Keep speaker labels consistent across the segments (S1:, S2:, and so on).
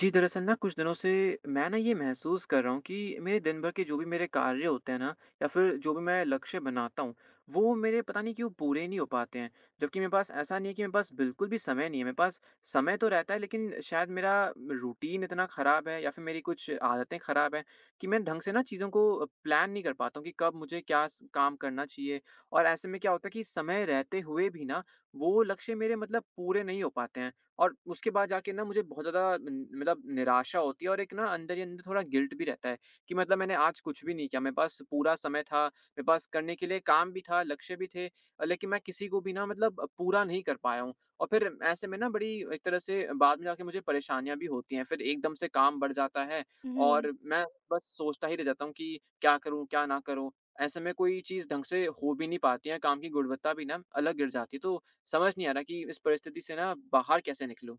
S1: जी, दरअसल ना कुछ दिनों से मैं ना ये महसूस कर रहा हूँ कि मेरे दिन भर के जो भी मेरे कार्य होते हैं ना, या फिर जो भी मैं लक्ष्य बनाता हूँ, वो मेरे पता नहीं क्यों पूरे नहीं हो पाते हैं। जबकि मेरे पास ऐसा नहीं है कि मेरे पास बिल्कुल भी समय नहीं है, मेरे पास समय तो रहता है, लेकिन शायद मेरा रूटीन इतना ख़राब है, या फिर मेरी कुछ आदतें ख़राब हैं कि मैं ढंग से ना चीज़ों को प्लान नहीं कर पाता हूँ कि कब मुझे क्या स काम करना चाहिए। और ऐसे में क्या होता है कि समय रहते हुए भी ना, वो लक्ष्य मेरे मतलब पूरे नहीं हो पाते हैं। और उसके बाद जाके ना मुझे बहुत ज़्यादा न मतलब निराशा होती है, और एक ना अंदर ही अंदर थोड़ा गिल्ट भी रहता है कि मतलब मैंने आज कुछ भी नहीं किया। मेरे पास पूरा समय था, मेरे पास करने के लिए काम भी था, लक्ष्य भी थे, लेकिन मैं किसी को भी ना मतलब पूरा नहीं कर पाया हूँ। और फिर ऐसे में ना, बड़ी एक तरह से बाद में जाके मुझे परेशानियाँ भी होती हैं। फिर एकदम से काम बढ़ जाता है
S2: हुँ।
S1: और मैं बस सोचता ही रह जाता हूँ कि क्या करूँ, क्या ना करूँ? ऐसे में कोई चीज़ ढंग से हो भी नहीं पाती है, काम की गुणवत्ता भी ना अलग गिर जाती है। तो समझ नहीं आ रहा कि इस परिस्थिति से ना बाहर कैसे निकलूँ?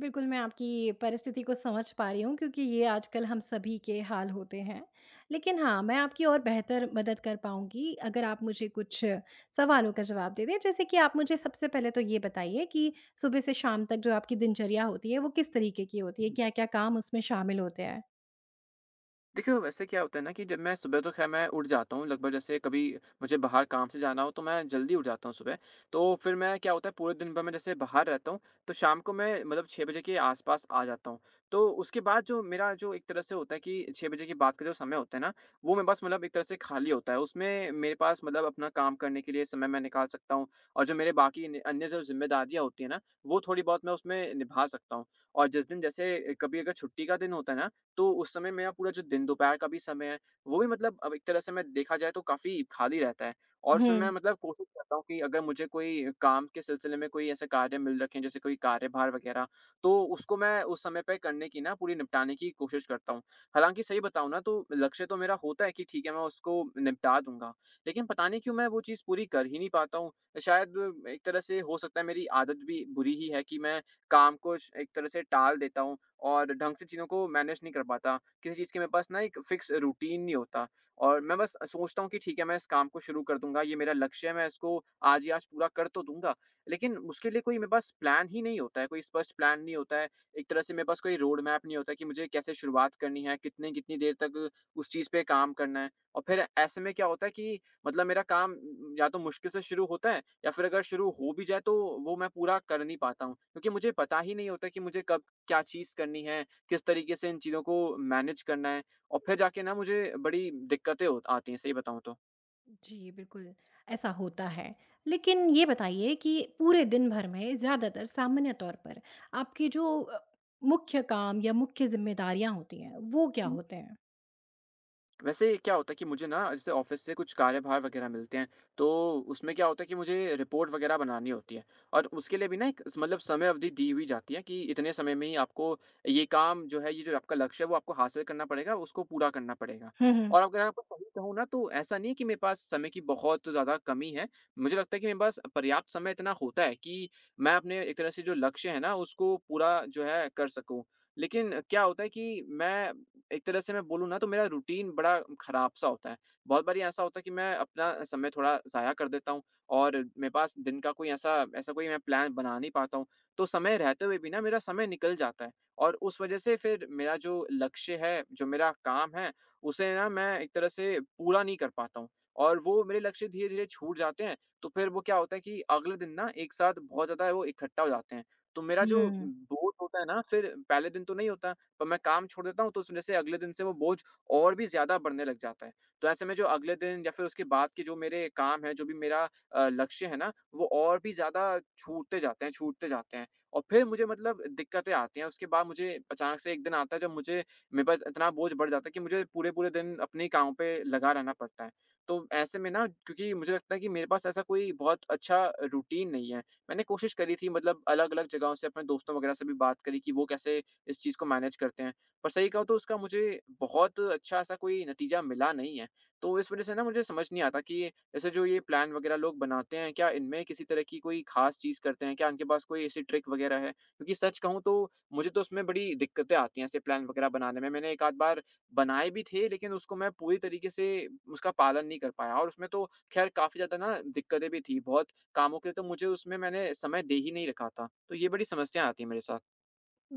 S2: बिल्कुल, मैं आपकी परिस्थिति को समझ पा रही हूँ क्योंकि ये आजकल हम सभी के हाल होते हैं। लेकिन हाँ, मैं आपकी और बेहतर मदद कर पाऊँगी अगर आप मुझे कुछ सवालों का जवाब दे दें। जैसे कि आप मुझे सबसे पहले तो ये बताइए कि सुबह से शाम तक जो आपकी दिनचर्या होती है, वो किस तरीके की होती है? क्या-क्या काम उसमें शामिल होते हैं?
S1: देखिए, तो वैसे क्या होता है ना कि जब मैं सुबह, तो ख़ैर मैं उठ जाता हूँ लगभग, जैसे कभी मुझे बाहर काम से जाना हो तो मैं जल्दी उठ जाता हूँ सुबह। तो फिर मैं, क्या होता है, पूरे दिन भर मैं जैसे बाहर रहता हूँ, तो शाम को मैं मतलब 6 बजे के आस-पास आ जाता हूँ। तो उसके बाद जो मेरा, जो एक तरह से होता है कि 6 बजे के बाद का जो समय होता है ना, वो मेरे पास मतलब एक तरह से खाली होता है। उसमें मेरे पास मतलब अपना काम करने के लिए समय मैं निकाल सकता हूँ, और जो मेरे बाकी नि अन्य जो ज़िम्मेदारियाँ होती हैं ना, वो थोड़ी बहुत मैं उसमें निभा सकता हूँ। और जिस दिन जैसे कभी अगर छुट्टी का दिन होता है ना, तो उस समय मेरा पूरा जो दिन दोपहर का भी समय है, वो भी मतलब अब एक तरह से मैं देखा जाए तो काफ़ी खाली रहता है, और
S2: हुँ।
S1: उसमें मैं मतलब कोशिश करता हूँ कि अगर मुझे कोई काम के सिलसिले में कोई ऐसे कार्य मिल रखे हैं, जैसे कोई कार्यभार वगैरह, तो उसको मैं उस समय पे करने की ना, पूरी निपटाने की कोशिश करता हूँ। हालाँकि सही बताऊँ ना, तो लक्ष्य तो मेरा होता है कि ठीक है, मैं उसको निपटा दूँगा, लेकिन पता नहीं क्यों मैं वो चीज़ पूरी कर ही नहीं पाता हूँ। शायद एक तरह से हो सकता है मेरी आदत भी बुरी ही है कि मैं काम को श एक तरह से टाल देता हूँ और ढंग से चीज़ों को मैनेज नहीं कर पाता। किसी चीज़ की मेरे पास ना एक फ़िक्स रूटीन नहीं होता, और मैं बस सोचता हूँ कि ठीक है, मैं इस काम को शुरू कर दूँगा, ये मेरा लक्ष्य है, मैं इसको आज ही आज पूरा कर तो दूँगा। लेकिन उसके लिए कोई मेरे पास प्लान ही नहीं होता है, कोई स्पष्ट प्लान नहीं होता है। एक तरह से मेरे पास कोई रोड मैप नहीं होता है कि मुझे कैसे शुरुआत करनी है, कितने कितनी देर तक उस चीज़ पे काम करना है। और फिर ऐसे में क्या होता है कि मतलब मेरा काम या तो मुश्किल से शुरू होता है, या फिर अगर शुरू हो भी जाए तो वो मैं पूरा कर नहीं पाता हूँ। क्योंकि मुझे पता ही नहीं होता कि मुझे कब क्या चीज़ करनी है, किस तरीके से इन चीज़ों को मैनेज करना है, और फिर जाके ना मुझे बड़ी दिक्कतें होत आती हैं, सही बताऊँ तो।
S2: जी, बिल्कुल, ऐसा होता है। लेकिन ये बताइए कि पूरे दिन भर में ज़्यादातर सामान्य तौर पर आपके जो मुख्य काम या मुख्य ज़िम्मेदारियाँ होती हैं, वो क्या होते हैं?
S1: वैसे क्या होता है कि मुझे ना जैसे ऑफिस से कुछ कार्यभार वगैरह मिलते हैं, तो उसमें क्या होता है कि मुझे रिपोर्ट वगैरह बनानी होती है, और उसके लिए भी ना एक स मतलब समय अवधि दी हुई जाती है कि इतने समय में ही आपको ये काम जो है, ये जो आपका लक्ष्य है, वो आपको हासिल करना पड़ेगा, उसको पूरा करना पड़ेगा।
S2: हुँ, हुँ।
S1: और अगर आपको सही कहूँ ना, तो ऐसा नहीं है कि मेरे पास समय की बहुत ज़्यादा कमी है। मुझे लगता है कि मेरे पास पर्याप्त समय इतना होता है कि मैं अपने एक तरह से जो लक्ष्य है ना, उसको पूरा जो है कर सकूँ। लेकिन क्या होता है कि मैं एक तरह से, मैं बोलूँ ना, तो मेरा रूटीन बड़ा खराब-सा होता है। बहुत बारी ऐसा होता है कि मैं अपना समय थोड़ा ज़ाया कर देता हूँ, और मेरे पास दिन का कोई ऐसा, ऐसा कोई मैं प्लान बना नहीं पाता हूँ। तो समय रहते हुए भी ना मेरा समय निकल जाता है, और उस वज़ह से फिर मेरा जो लक्ष्य है, जो मेरा काम है, उसे ना मैं एक तरह से पूरा नहीं कर पाता हूँ, और वो मेरे लक्ष्य धीरे-धीरे छूट जाते हैं। तो फिर वो क्या होता है कि अगले दिन ना एक साथ बहुत ज़्यादा वो इकट्ठा हो जाते हैं। तो मेरा जो
S2: हुँ।
S1: बोझ होता है ना, फिर पहले दिन तो नहीं होता, और मैं काम छोड़ देता हूँ तो उस वजह से अगले दिन से वो बोझ और भी ज़्यादा बढ़ने लग जाता है। तो ऐसे में जो अगले दिन या फिर उसके बाद के जो मेरे काम हैं, जो भी मेरा लक्ष्य है ना, वो और भी ज़्यादा छूटते जाते हैं, छूटते जाते हैं। और फिर मुझे मतलब दिक्कतें आती हैं, उसके बाद मुझे अचानक से एक दिन आता है जब मुझे, मेरे पास इतना बोझ बढ़ जाता है कि मुझे पूरे-पूरे दिन अपने ही कामों पे लगा रहना पड़ता है। तो ऐसे में ना, क्योंकि मुझे लगता है कि मेरे पास ऐसा कोई बहुत अच्छा रूटीन नहीं है। मैंने कोशिश करी थी, मतलब अलग-अलग जगहों से अपने दोस्तों वगैरह से भी बात करी कि वो कैसे इस चीज़ को मैनेज करते हैं। पर सही कहूँ तो उसका मुझे बहुत अच्छा ऐसा कोई नतीजा मिला नहीं है। तो इस वज़ह से ना मुझे समझ नहीं आता कि ऐसे जो ये प्लान वग़ैरह लोग बनाते हैं, क्या इनमें किसी तरह की कोई ख़ास चीज़ करते हैं? क्या इनके पास कोई ऐसी ट्रिक वग़ैरह है? क्योंकि सच कहूँ तो मुझे तो उसमें बड़ी दिक्कतें आती हैं ऐसे प्लान वग़ैरह बनाने में। मैंने एक आध बार बनाए भी थे, लेकिन उसको मैं पूरी तरीके से, उसका पालन नहीं कर पाया, और उसमें तो ख़ैर काफ़ी ज़्यादा ना दिक्कतें भी थी। बहुत कामों के लिए तो मुझे उसमें मैंने समय दे ही नहीं रखा था। तो ये बड़ी समस्याएँ आती हैं मेरे साथ।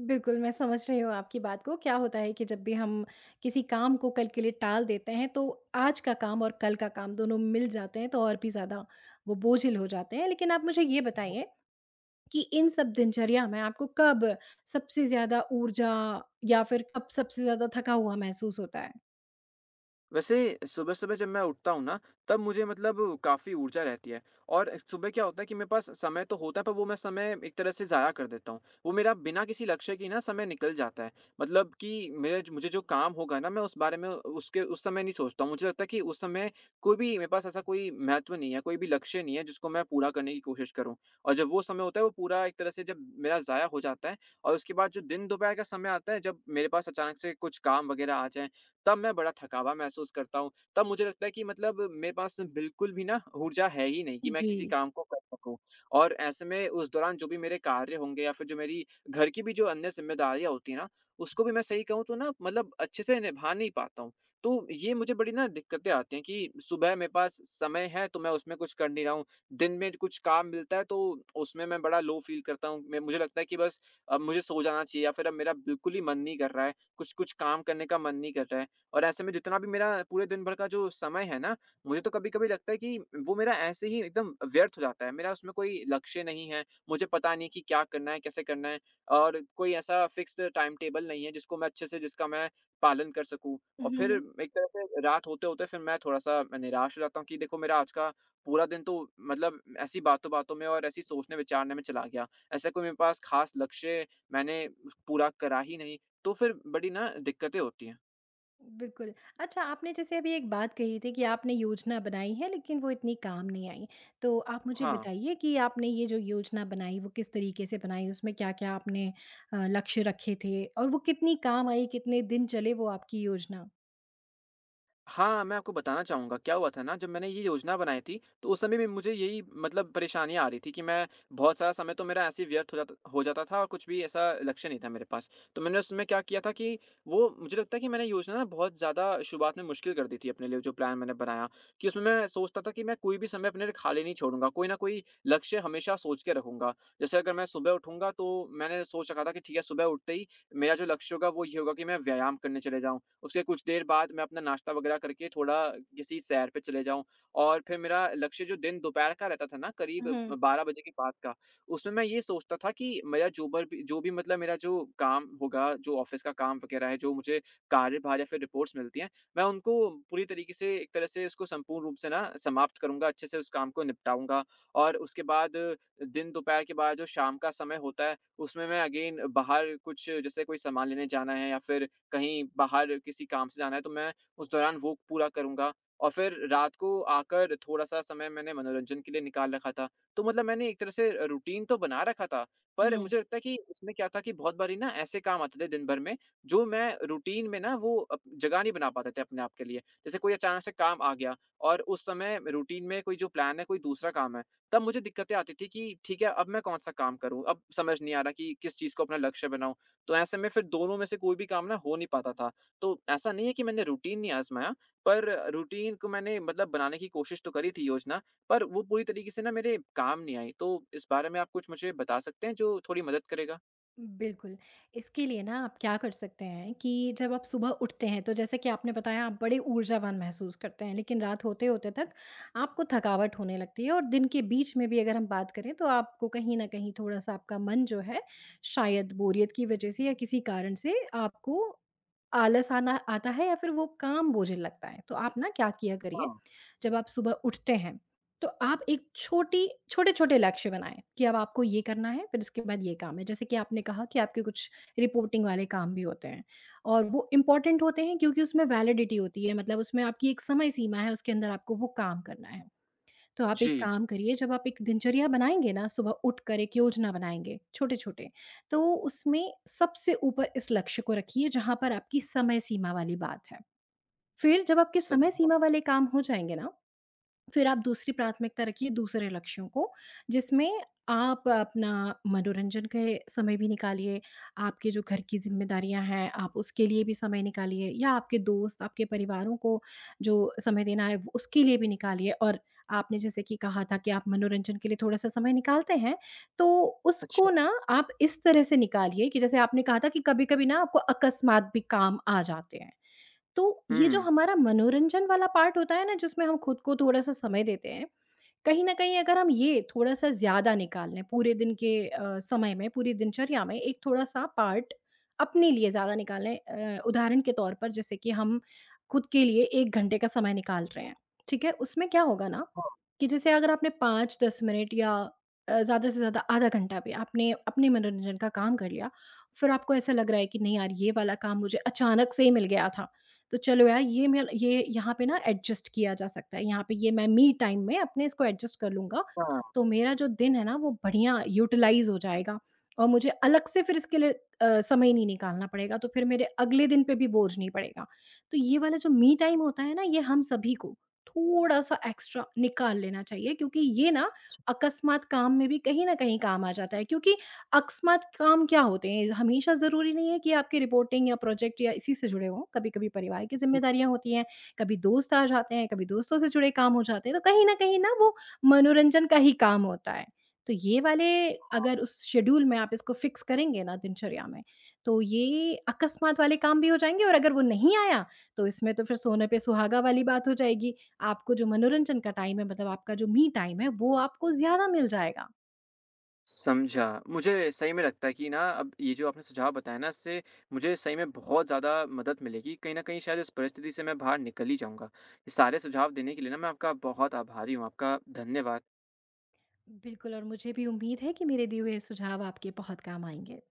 S2: बिल्कुल, मैं समझ रही हूँ आपकी बात को। क्या होता है कि जब भी हम किसी काम को कल के लिए टाल देते हैं, तो आज का काम और कल का काम दोनों मिल जाते हैं, तो और भी ज़्यादा वो बोझिल हो जाते हैं। लेकिन आप मुझे ये बताइए कि इन सब दिनचर्या में आपको कब सबसे ज़्यादा ऊर्जा या फिर कब सबसे ज़्यादा थका हुआ महसूस होता है?
S1: वैसे सुबह-सुबह जब मैं उठता हूँ ना, तब मुझे मतलब काफ़ी ऊर्जा रहती है, और सुबह क्या होता है कि मेरे पास समय तो होता है, पर वो मैं समय एक तरह से ज़ाया कर देता हूँ। वो मेरा बिना किसी लक्ष्य के ना समय निकल जाता है। मतलब कि मेरे मुझे जो काम होगा ना, मैं उस बारे में उसके उस समय नहीं सोचता हूँ। मुझे लगता है कि उस समय कोई भी मेरे पास ऐसा कोई महत्व नहीं है, कोई भी लक्ष्य नहीं है, जिसको मैं पूरा करने की कोशिश करूँ। और जब वो समय होता है, वो पूरा एक तरह से जब मेरा ज़ाया हो जाता है, और उसके बाद जो दिन दोपहर का समय आता है, जब मेरे पास अचानक से कुछ काम वगैरह आ जाएँ, तब मैं बड़ा थकावा महसूस करता हूँ। तब मुझे लगता है कि मतलब मेरे पास बिल्कुल भी ना ऊर्जा है ही नहीं कि मैं किसी
S2: जी।
S1: काम को कर सकूँ। और ऐसे में उस दौरान जो भी मेरे कार्य होंगे या फिर जो मेरी घर की भी जो अन्य ज़िम्मेदारियाँ होती हैं ना, उसको भी मैं सही कहूँ तो ना मतलब अच्छे से निभा नहीं पाता हूँ। तो ये मुझे बड़ी ना दिक्कतें आती हैं कि सुबह मेरे पास समय है तो मैं उसमें कुछ कर नहीं रहा हूँ। दिन में कुछ काम मिलता है तो उसमें मैं बड़ा लो फ़ील करता हूँ। मैं, मुझे लगता है कि बस अब मुझे सो जाना चाहिए या फिर अब मेरा बिल्कुल ही मन नहीं कर रहा है, कुछ-कुछ काम करने का मन नहीं कर रहा है। और ऐसे में जितना भी मेरा पूरे दिन भर का जो समय है ना, मुझे तो कभी-कभी लगता है कि वो मेरा ऐसे ही एकदम व्यर्थ हो जाता है। मेरा उसमें कोई लक्ष्य नहीं है, मुझे पता नहीं कि क्या करना है, कैसे करना है, और कोई ऐसा फ़िक्स्ड टाइम टेबल नहीं है जिसको मैं अच्छे से, जिसका मैं पालन कर सकूँ। और
S2: हुँ,
S1: फिर
S2: हुँ।
S1: एक तरह से रात होते-होते फिर मैं थोड़ा-सा निराश हो जाता हूँ कि देखो मेरा आज का पूरा दिन तो मतलब ऐसी बातों-बातों में और ऐसी सोचने-विचारने में चला गया। ऐसा कोई मेरे पास ख़ास लक्ष्य मैंने पूरा करा ही नहीं, तो फिर बड़ी ना दिक्कतें होती हैं।
S2: बिल्कुल। अच्छा आपने जैसे अभी एक बात कही थी कि आपने योजना बनाई है लेकिन वो इतनी काम नहीं आई। तो आप मुझे
S1: हाँ।
S2: बताइए कि आपने ये जो योजना बनाई वो किस तरीके से बनाई? उसमें क्या-क्या आपने लक्ष्य रखे थे? और वो कितनी काम आई, कितने दिन चले वो आपकी योजना?
S1: हाँ, मैं आपको बताना चाहूँगा, क्या हुआ था ना, जब मैंने ये योजना बनाई थी, तो उस समय भी मुझे यही मतलब परेशानियाँ आ रही थी कि मैं बहुत सारा समय तो मेरा ऐसे ही व्यर्थ हो जाता था और कुछ भी ऐसा लक्ष्य नहीं था मेरे पास। तो मैंने उसमें क्या किया था कि वो, मुझे लगता है कि मैंने योजना ना बहुत ज़्यादा शुरुआत में मुश्किल कर दी थी अपने लिए, जो प्लान मैंने बनाया, कि उसमें मैं सोचता था कि मैं कोई भी समय अपने लिए खाली नहीं छोड़ूँगा, कोई न कोई लक्ष्य हमेशा सोच के रखूँगा। जैसे, अगर मैं सुबह उठूँगा, तो मैंने सोच रखा था कि ठीक है, सुबह उठते ही मेरा जो लक्ष्य होगा, वो ये होगा कि मैं व्यायाम करने चले जाऊँ। उसके कुछ देर बाद मैं अपना नाश्ता वगैरह करके थोड़ा किसी सैर पे चले जाऊँ, और फिर मेरा लक्ष्य जो दिन दोपहर का रहता था ना, करीब
S2: हुँ,
S1: 12 बजे के बाद का, उसमें मैं ये सोचता था कि मेरा जो भी मतलब मेरा जो काम होगा, जो ऑफ़िस का काम वगैरह है, जो मुझे कार्यभार या फिर रिपोर्ट्स मिलती हैं, मैं उनको पूरी तरीके से, एक तरह से उसको संपूर्ण रूप से ना समाप्त करूँगा, अच्छे से उस काम को निपटाऊँगा। और उसके बाद दिन दोपहर के बाद जो शाम का समय होता है, उसमें मैं अगेन बाहर कुछ, जैसे कोई सामान लेने जाना है या फिर कहीं बाहर किसी काम से जाना है, तो मैं उस दौरान वो पूरा करूँगा। और फिर रात को आकर थोड़ा-सा समय मैंने मनोरंजन के लिए निकाल रखा था। तो मतलब मैंने एक तरह से रूटीन तो बना रखा था, पर
S2: हुँ।
S1: मुझे लगता है कि इसमें क्या था कि बहुत बारी ना ऐसे काम आते थे दिन भर में, जो मैं रूटीन में ना, वो अप जगह नहीं बना पाते थे अपने आप के लिए। जैसे, कोई अचानक से काम आ गया और उस समय रूटीन में कोई जो प्लान है, कोई दूसरा काम है, तब मुझे दिक्कतें आती थी कि ठीक है, अब मैं कौन-सा काम करूँ? अब समझ नहीं आ रहा कि किस चीज़ को अपना लक्ष्य बनाऊँ। तो ऐसे में फिर दोनों में से कोई भी काम ना, हो नहीं पाता था। तो ऐसा नहीं है कि मैंने रूटीन नहीं आज़माया, पर रूटीन को मैंने मतलब बनाने की कोशिश तो करी थी, योजना, पर वो पूरी तरीके से ना मेरे काम नहीं आई। तो इस बारे में आप कुछ मुझे बता सकते हैं जो थोड़ी मदद करेगा?
S2: बिल्कुल, इसके लिए ना आप क्या कर सकते हैं कि जब आप सुबह उठते हैं, तो जैसे कि आपने बताया आप बड़े ऊर्जावान महसूस करते हैं, लेकिन रात होते-होते तक आपको थकावट होने लगती है और दिन के बीच में भी अगर हम बात करें, तो आपको कहीं न कहीं थोड़ा-सा आपका मन जो है, शायद बोरियत की वजह से या किसी कारण से आपको आलस आना आता है या फिर वो काम बोझिल लगता है। तो आप ना क्या किया करिए,
S1: हाँ।
S2: जब आप सुबह उठते हैं तो आप एक छोटी छोटे-छोटे लक्ष्य बनाएँ कि अब आपको ये करना है, फिर उसके बाद ये काम है। जैसे कि आपने कहा कि आपके कुछ रिपोर्टिंग वाले काम भी होते हैं और वो इम्पोर्टेंट होते हैं क्योंकि उसमें वैलिडिटी होती है, मतलब उसमें आपकी एक समय सीमा है, उसके अंदर आपको वो काम करना है। तो आप एक
S1: जी।
S2: काम करिए, जब आप एक दिनचर्या बनाएँगे ना, सुबह उठकर एक योजना बनाएँगे छोटे-छोटे, तो उसमें सबसे ऊपर इस लक्ष्य को रखिए जहाँ पर आपकी समय सीमा वाली बात है। फिर जब आपके
S1: सब।
S2: समय सीमा वाले काम हो जाएँगे ना फिर आप दूसरी प्राथमिकता रखिए दूसरे लक्ष्यों को, जिसमें आप अपना मनोरंजन के समय भी निकालिए, आपके जो घर की ज़िम्मेदारियाँ हैं, आप उसके लिए भी समय निकालिए या आपके दोस्त, आपके परिवारों को जो समय देना है, वो- उसके लिए भी निकालिए और आपने जैसे कि कहा था कि आप मनोरंजन के लिए थोड़ा-सा समय निकालते हैं, तो
S1: अच्छा।
S2: उसको ना आप इस तरह से निकालिए कि जैसे आपने कहा था कि कभी-कभी ना आपको अकस्मात भी काम आ जाते हैं। तो ये जो
S1: हुँ।
S2: हमारा मनोरंजन वाला पार्ट होता है ना जिसमें हम खुद को थोड़ा-सा समय देते हैं, कहीं न कहीं अगर हम ये थोड़ा-सा ज़्यादा निकाल लें पूरे दिन के समय में, पूरी दिनचर्या में एक थोड़ा-सा पार्ट अपने लिए ज़्यादा निकालें, उदाहरण के तौर पर जैसे कि हम खुद के लिए 1 घंटे का समय निकाल रहे हैं, ठीक है? उसमें क्या होगा ना कि जैसे अगर आपने 5-10 मिनट या ज़्यादा से ज़्यादा आधा घंटा भी आपने अपने मनोरंजन का काम कर लिया, फिर आपको ऐसा लग रहा है कि नहीं यार, ये वाला काम मुझे अचानक से ही मिल गया था। तो चलो यार, ये यहाँ पे ना एडजस्ट किया जा सकता है, यहाँ पे ये मैं मी टाइम में अपने इसको एडजस्ट कर लूँगा,
S1: हाँ।
S2: तो मेरा जो दिन है ना वो बढ़िया यूटिलाइज़ हो जाएगा और मुझे अलग से फिर इसके लिए समय नहीं निकालना पड़ेगा, तो फिर मेरे अगले दिन पे भी बोझ नहीं पड़ेगा। तो ये वाला जो मी टाइम होता है ना, ये हम सभी को थोड़ा-सा एक्स्ट्रा निकाल लेना चाहिए क्योंकि ये ना अकस्मात काम में भी कहीं न कहीं काम आ जाता है क्योंकि अकस्मात काम क्या होते हैं? हमेशा ज़रूरी नहीं है कि आपकी रिपोर्टिंग या प्रोजेक्ट या इसी से जुड़े हों। कभी-कभी परिवार की ज़िम्मेदारियाँ होती हैं, कभी दोस्त आ जाते हैं, कभी दोस्तों से जुड़े काम हो जाते हैं। तो कहीं न कहीं ना वो मनोरंजन का ही काम होता है। तो ये वाले अगर उस शेड्यूल में आप इसको फिक्स करेंगे ना दिनचर्या में, तो ये अकस्मात वाले काम भी हो जाएँगे और अगर वो नहीं आया, तो इसमें तो फिर सोने पे सुहागा वाली बात हो जाएगी। आपको जो मनोरंजन का टाइम है मतलब आपका जो मी टाइम है, वो आपको ज़्यादा मिल जाएगा।
S1: समझा। मुझे सही में लगता है कि ना, अब ये जो आपने सुझाव बताया ना, इससे मुझे सही में बहुत ज़्यादा मदद मिलेगी। कहीं न कहीं शायद इस परिस्थिति से मैं बाहर निकल ही जाऊँगा। ये सारे सुझाव देने के लिए ना, मैं आपका बहुत आभारी हूँ। आपका धन्यवाद।
S2: बिल्कुल, और मुझे भी उम्मीद है कि मेरे दिए हुए सुझाव आपके बहुत काम आएँगे।